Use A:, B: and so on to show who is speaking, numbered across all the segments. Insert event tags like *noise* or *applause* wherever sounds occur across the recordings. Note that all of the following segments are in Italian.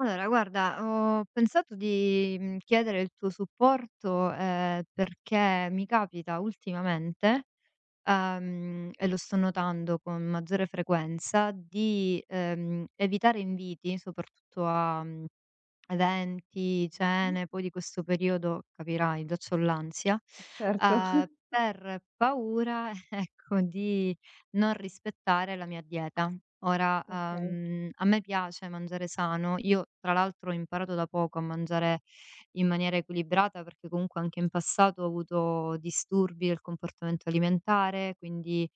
A: Allora, guarda, ho pensato di chiedere il tuo supporto perché mi capita ultimamente, e lo sto notando con maggiore frequenza, di evitare inviti, soprattutto eventi,
B: Mh,
A: cene, poi di questo periodo capirai, già c'ho l'ansia,
B: certo.
A: per paura, *laughs* ecco, di non rispettare la mia dieta. Ora,
B: Okay.
A: a me piace mangiare sano, io tra l'altro ho imparato da poco a mangiare in maniera equilibrata, perché comunque anche in passato ho avuto disturbi del comportamento alimentare, quindi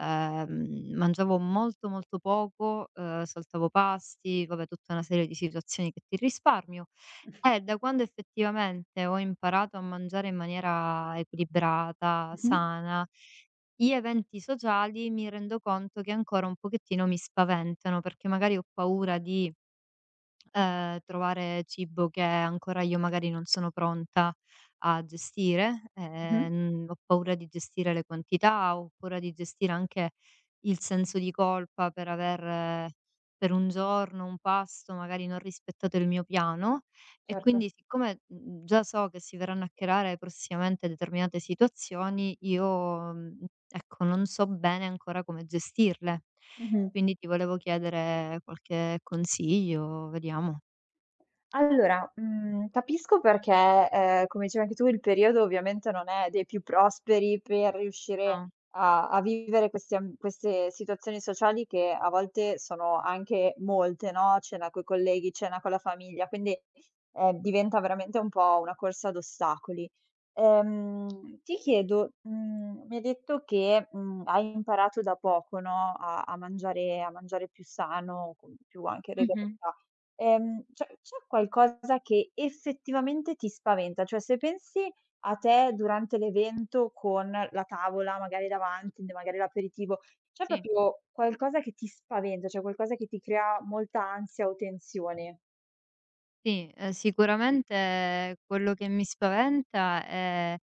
A: Mangiavo molto, molto poco, saltavo pasti, vabbè tutta una serie di situazioni che ti risparmio. E da quando effettivamente ho imparato a mangiare in maniera equilibrata,
B: Mh-mh,
A: sana, gli eventi sociali mi rendo conto che ancora un pochettino mi spaventano, perché magari ho paura di trovare cibo che ancora io magari non sono pronta a gestire,
B: mh-mh,
A: ho paura di gestire le quantità, ho paura di gestire anche il senso di colpa per aver eh, per un giorno, un pasto, magari non rispettato il mio piano e
B: certo.
A: quindi siccome, già so che si verranno a creare prossimamente determinate situazioni, io, ecco, non so bene ancora come gestirle.
B: Mh-mh.
A: Quindi ti volevo chiedere qualche consiglio, vediamo.
B: Allora, capisco perché, come dicevi anche tu, il periodo ovviamente non è dei più prosperi per riuscire
A: No.
B: a vivere questi am queste situazioni sociali che a volte sono anche molte, no, cena coi colleghi, cena con la famiglia, quindi, diventa veramente un po' una corsa ad ostacoli. Ti chiedo, mi hai detto che, hai imparato da poco, no, a mangiare più sano, con più anche
A: Mh-mh.
B: regolarità. C'è qualcosa che effettivamente ti spaventa? Cioè, se pensi a te durante l'evento con la tavola magari davanti, de magari l'aperitivo, c'è
A: Sì.
B: proprio qualcosa che ti spaventa, cioè qualcosa che ti crea molta ansia o tensione?
A: Sì, sicuramente quello che mi spaventa è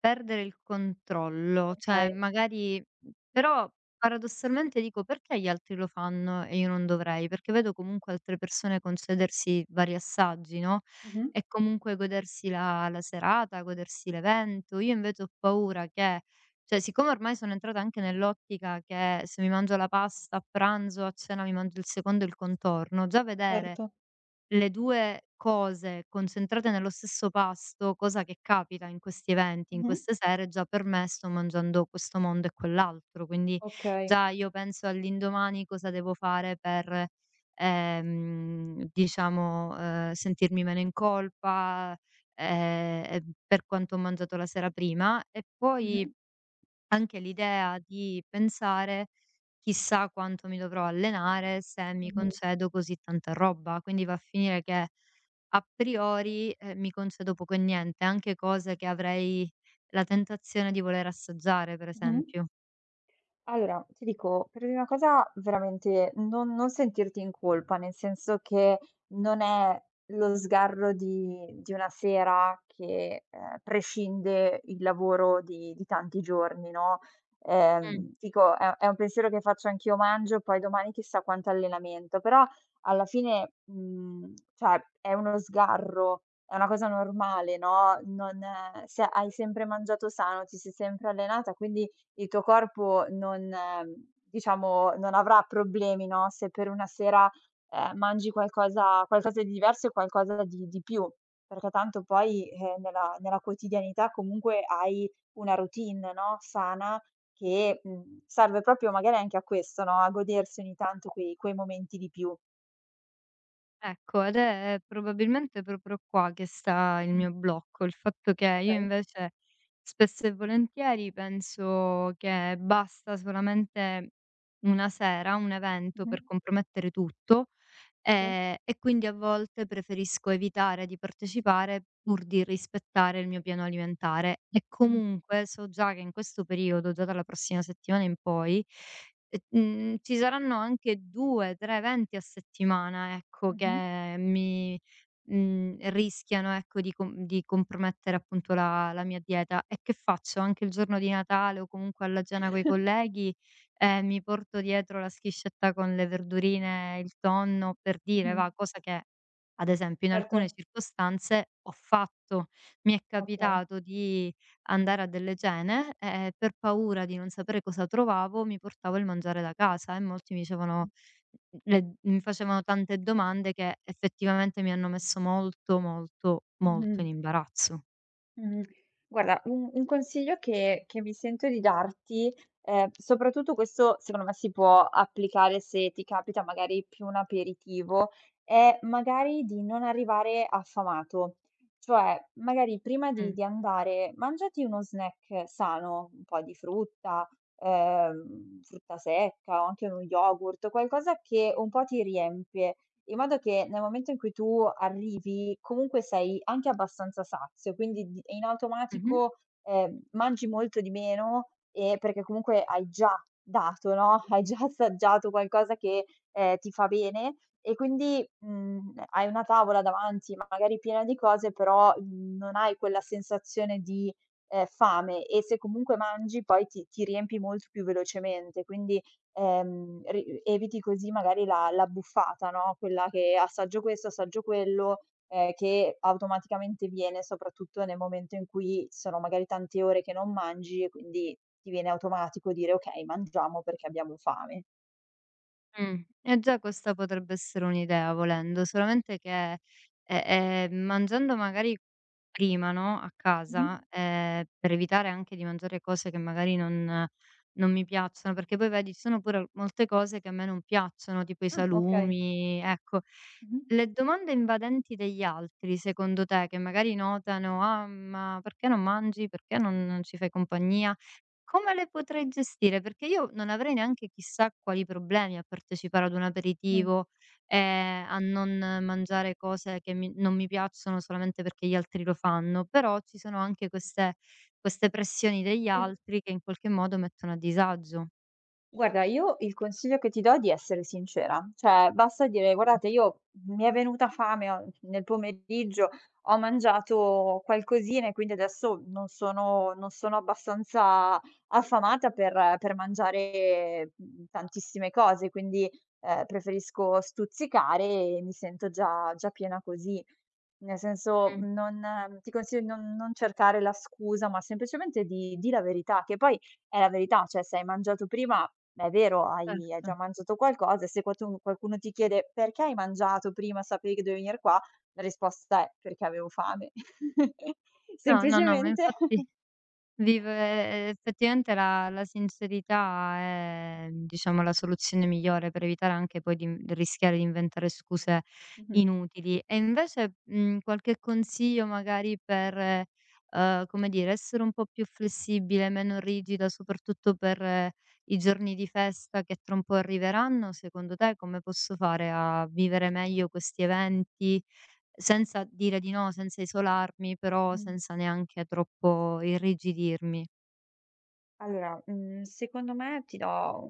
A: perdere il controllo, cioè
B: Okay.
A: magari però paradossalmente dico: "Perché gli altri lo fanno e io non dovrei?" Perché vedo comunque altre persone concedersi vari assaggi, no,
B: Mh-mh.
A: e comunque godersi la serata, godersi l'evento. Io invece ho paura che cioè siccome ormai sono entrata anche nell'ottica che se mi mangio la pasta a pranzo, a cena mi mangio il secondo e il contorno, già vedere
B: Certo.
A: le 2 cose concentrate nello stesso pasto, cosa che capita in questi eventi, in
B: Mh-mh.
A: queste sere, già per me sto mangiando questo mondo e quell'altro, quindi
B: Okay.
A: già io penso all'indomani cosa devo fare per, diciamo, sentirmi meno in colpa, e per quanto ho mangiato la sera prima. E poi
B: Mh-mh.
A: anche l'idea di pensare: "Chissà quanto mi dovrò allenare se mi
B: Mh-mh.
A: concedo così tanta roba". Quindi va a finire che a priori, mi concedo poco e niente, anche cose che avrei la tentazione di voler assaggiare, per
B: Mh-mh.
A: esempio.
B: Allora, ti dico, per prima cosa veramente non sentirti in colpa, nel senso che non è lo sgarro di una sera che, prescinde il lavoro di tanti giorni, no,
A: Mh.
B: dico è un pensiero che faccio anch'io, mangio, poi domani chissà quanto allenamento, però alla fine, cioè è uno sgarro, è una cosa normale, no, non se hai sempre mangiato sano, ti sei sempre allenata, quindi il tuo corpo non diciamo, non avrà problemi, no, se per una sera, mangi qualcosa di diverso e qualcosa di più, perché tanto poi, nella quotidianità comunque hai una routine, no, sana che, serve proprio magari anche a questo, no, a godersi ogni tanto quei momenti di più.
A: Ecco, ed è probabilmente proprio qua che sta il
B: Mh,
A: mio blocco, il fatto che io
B: okay.
A: invece spesso e volentieri penso che basta solamente una sera, un evento
B: Mh-mh.
A: per compromettere tutto,
B: Sì.
A: e quindi a volte preferisco evitare di partecipare pur di rispettare il mio piano alimentare. E
B: Mh.
A: comunque so già che in questo periodo, già dalla prossima settimana in poi e, ci saranno anche 2, 3 eventi a settimana, ecco,
B: Mh-mh.
A: che mi rischiano, ecco, di compromettere appunto la mia dieta. E che faccio? Anche il giorno di Natale o comunque alla cena coi
B: Mh-mh. *laughs*
A: colleghi, mi porto dietro la schiscetta con le verdurine, il tonno, per dire, va, cosa che ad esempio in
B: Certo,
A: alcune circostanze ho fatto. Mi è
B: okay.
A: capitato di andare a delle cene e per paura di non sapere cosa trovavo mi portavo il mangiare da casa e molti mi dicevano le mi facevano tante domande che effettivamente mi hanno messo molto, molto, molto
B: Mh-mh.
A: in imbarazzo.
B: Mhmm, guarda, un consiglio che mi sento di darti, soprattutto questo secondo me si può applicare se ti capita magari più un aperitivo, è magari di non arrivare affamato. Cioè, magari prima di
A: Mh.
B: di andare, mangiati uno snack sano, un po' di frutta, frutta secca o anche uno yogurt, qualcosa che un po' ti riempie. In modo che nel momento in cui tu arrivi, comunque sei anche abbastanza sazio, quindi di in
A: Mh-mh.
B: automatico, mangi molto di meno, perché comunque hai già dato, no, *laughs* hai già assaggiato qualcosa che, ti fa bene e quindi, hai una tavola davanti magari piena di cose, però, non hai quella sensazione di, fame e se comunque mangi poi ti riempi molto più velocemente. Quindi ri eviti così magari la buffata, no, quella che assaggio questo, assaggio quello, che automaticamente viene soprattutto nel momento in cui sono magari tante ore che non mangi e quindi ti viene automatico dire: "Okay, mangiamo perché abbiamo fame."
A: Mh. E già questa potrebbe essere un'idea volendo, solamente che, mangiando magari prima, no, a
B: Mh-mh.
A: casa, per evitare anche di mangiare cose che magari non mi piacciono, perché poi vedi ci sono pure molte cose che a me non piacciono, tipo i
B: Ah, okay.
A: salumi, ecco.
B: Mh-mh.
A: Le domande invadenti degli altri, secondo te, che magari notano: "Ah, ma perché non mangi? Perché non ci fai compagnia?" Come le potrei gestire? Perché io non avrei neanche chissà quali problemi a partecipare ad un
B: Mh.
A: aperitivo, a non mangiare cose che mi non mi piacciono solamente perché gli altri lo fanno, però ci sono anche queste pressioni degli
B: Sì.
A: altri che in qualche modo mettono a disagio.
B: Guarda, io il consiglio che ti do è di essere sincera, cioè basta dire: "Guardate, io mi è venuta fame o nel pomeriggio, ho mangiato qualcosina e quindi adesso non sono abbastanza affamata per mangiare, tantissime cose, quindi, preferisco stuzzicare e mi sento già piena così". Nel
A: Mh,
B: senso,
A: mh,
B: non ti consiglio di non cercare la scusa, ma semplicemente di la verità, che poi è la verità, cioè se hai mangiato prima, è vero, hai già
A: certo.
B: mangiato qualcosa e se quatu qualcuno ti chiede: "Perché hai mangiato prima? Sapevi che dovevi venire qua?" La risposta è: "Perché avevo fame." *laughs*
A: No, no, no, ma
B: Semplicemente.
A: infatti
B: *laughs*
A: vivere effettivamente la sincerità è, diciamo, la soluzione migliore per evitare anche poi di in rischiare di inventare scuse
B: Mh-mh.
A: inutili. E invece, qualche consiglio magari per, come dire, essere un po' più flessibile, meno rigida, soprattutto per i giorni di festa che tra un po' arriveranno, secondo te come posso fare a vivere meglio questi eventi, senza dire di no, senza isolarmi, però
B: Mh-mh.
A: senza neanche troppo irrigidirmi.
B: Allora, secondo me ti do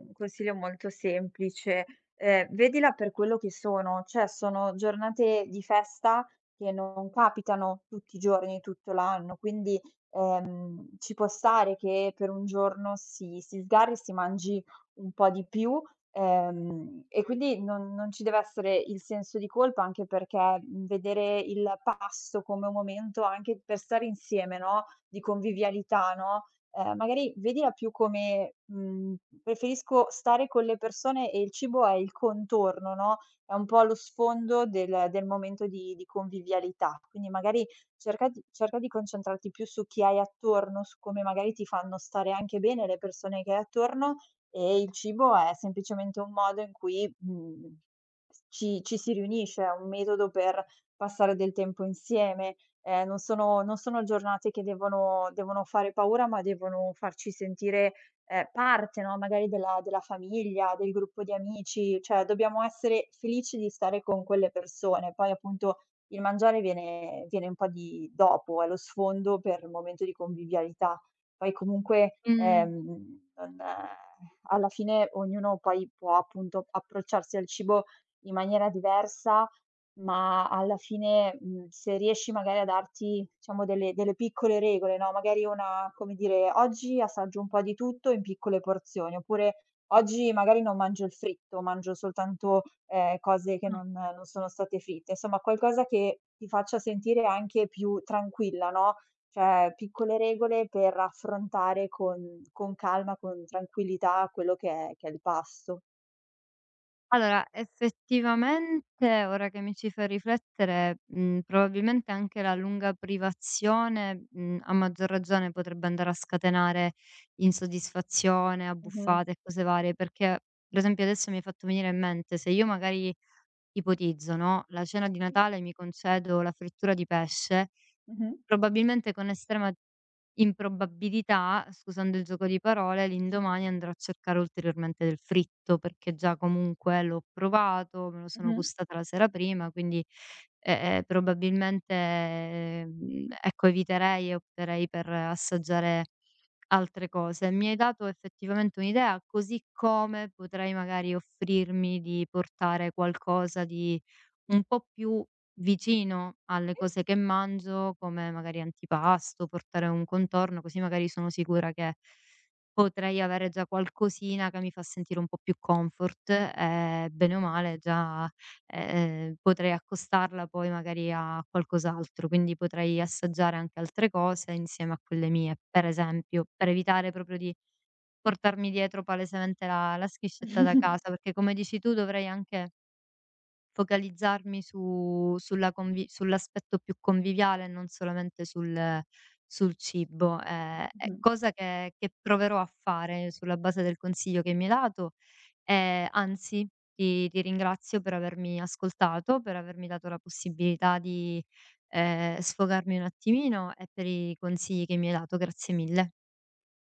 B: un consiglio molto semplice: vedila per quello che sono, cioè sono giornate di festa che non capitano tutti i giorni, tutto l'anno, quindi, ci può stare che per un giorno si sgarri, si mangi un po' di più, e quindi non ci deve essere il senso di colpa, anche perché, vedere il pasto come un momento anche per stare insieme, no, di convivialità, no. Magari vedila più come, preferisco stare con le persone e il cibo è il contorno, no, è un po' lo sfondo del momento di convivialità. Quindi magari cerca di concentrarti più su chi hai attorno, su come magari ti fanno stare anche bene le persone che hai attorno e il cibo è semplicemente un modo in cui, ci si riunisce, è un metodo per passare del tempo insieme. Non sono giornate che devono fare paura, ma devono farci sentire, parte, no, magari della famiglia, del gruppo di amici, cioè dobbiamo essere felici di stare con quelle persone. Poi appunto il mangiare viene un po' di dopo, è lo sfondo per il momento di convivialità. Poi comunque,
A: Mh,
B: non alla fine ognuno poi può appunto approcciarsi al cibo in maniera diversa, ma alla fine, se riesci magari a darti, diciamo, delle piccole regole, no, magari una come dire: "Oggi assaggio un po' di tutto in piccole porzioni", oppure: "Oggi magari non mangio il fritto, mangio soltanto, cose che
A: ah.
B: non sono state fritte". Insomma, qualcosa che ti faccia sentire anche più tranquilla, no, cioè piccole regole per affrontare con calma, con tranquillità quello che è il pasto.
A: Allora, effettivamente, ora che mi ci fai riflettere, probabilmente anche la lunga privazione, a maggior ragione potrebbe andare a scatenare insoddisfazione,
B: Mh-mh.
A: abbuffate e cose varie, perché per esempio adesso mi hai fatto venire in mente, se io magari ipotizzo, no, la cena di Natale mi concedo la frittura di pesce.
B: Mh-mh.
A: Probabilmente con estrema improbabilità, scusando il gioco di parole, l'indomani andrò a cercare ulteriormente del fritto, perché già comunque l'ho provato, me lo sono
B: Mh-mh.
A: gustata la sera prima, quindi, probabilmente, ecco, eviterei e opterei per assaggiare altre cose. Mi hai dato effettivamente un'idea, così come potrei magari offrirmi di portare qualcosa di un po' più vicino alle cose che mangio, come magari antipasto, portare un contorno, così magari sono sicura che potrei avere già qualcosina che mi fa sentire un po' più comfort e bene o male già, potrei accostarla poi magari a qualcos'altro, quindi potrei assaggiare anche altre cose insieme a quelle mie. Per esempio, per evitare proprio di portarmi dietro palesemente la schiscetta da casa,
B: *laughs*
A: perché come dici tu dovrei anche focalizzarmi su sulla convi sull'aspetto più conviviale e non solamente sul cibo, e
B: Mh-mh.
A: cosa che proverò a fare sulla base del consiglio che mi hai dato. Anzi, ti ringrazio per avermi ascoltato, per avermi dato la possibilità di, sfogarmi un attimino e per i consigli che mi hai dato. Grazie mille.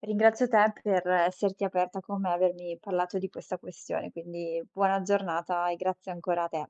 B: Ringrazio te per esserti aperta con me, e avermi parlato di questa questione, quindi buona giornata e grazie ancora a te.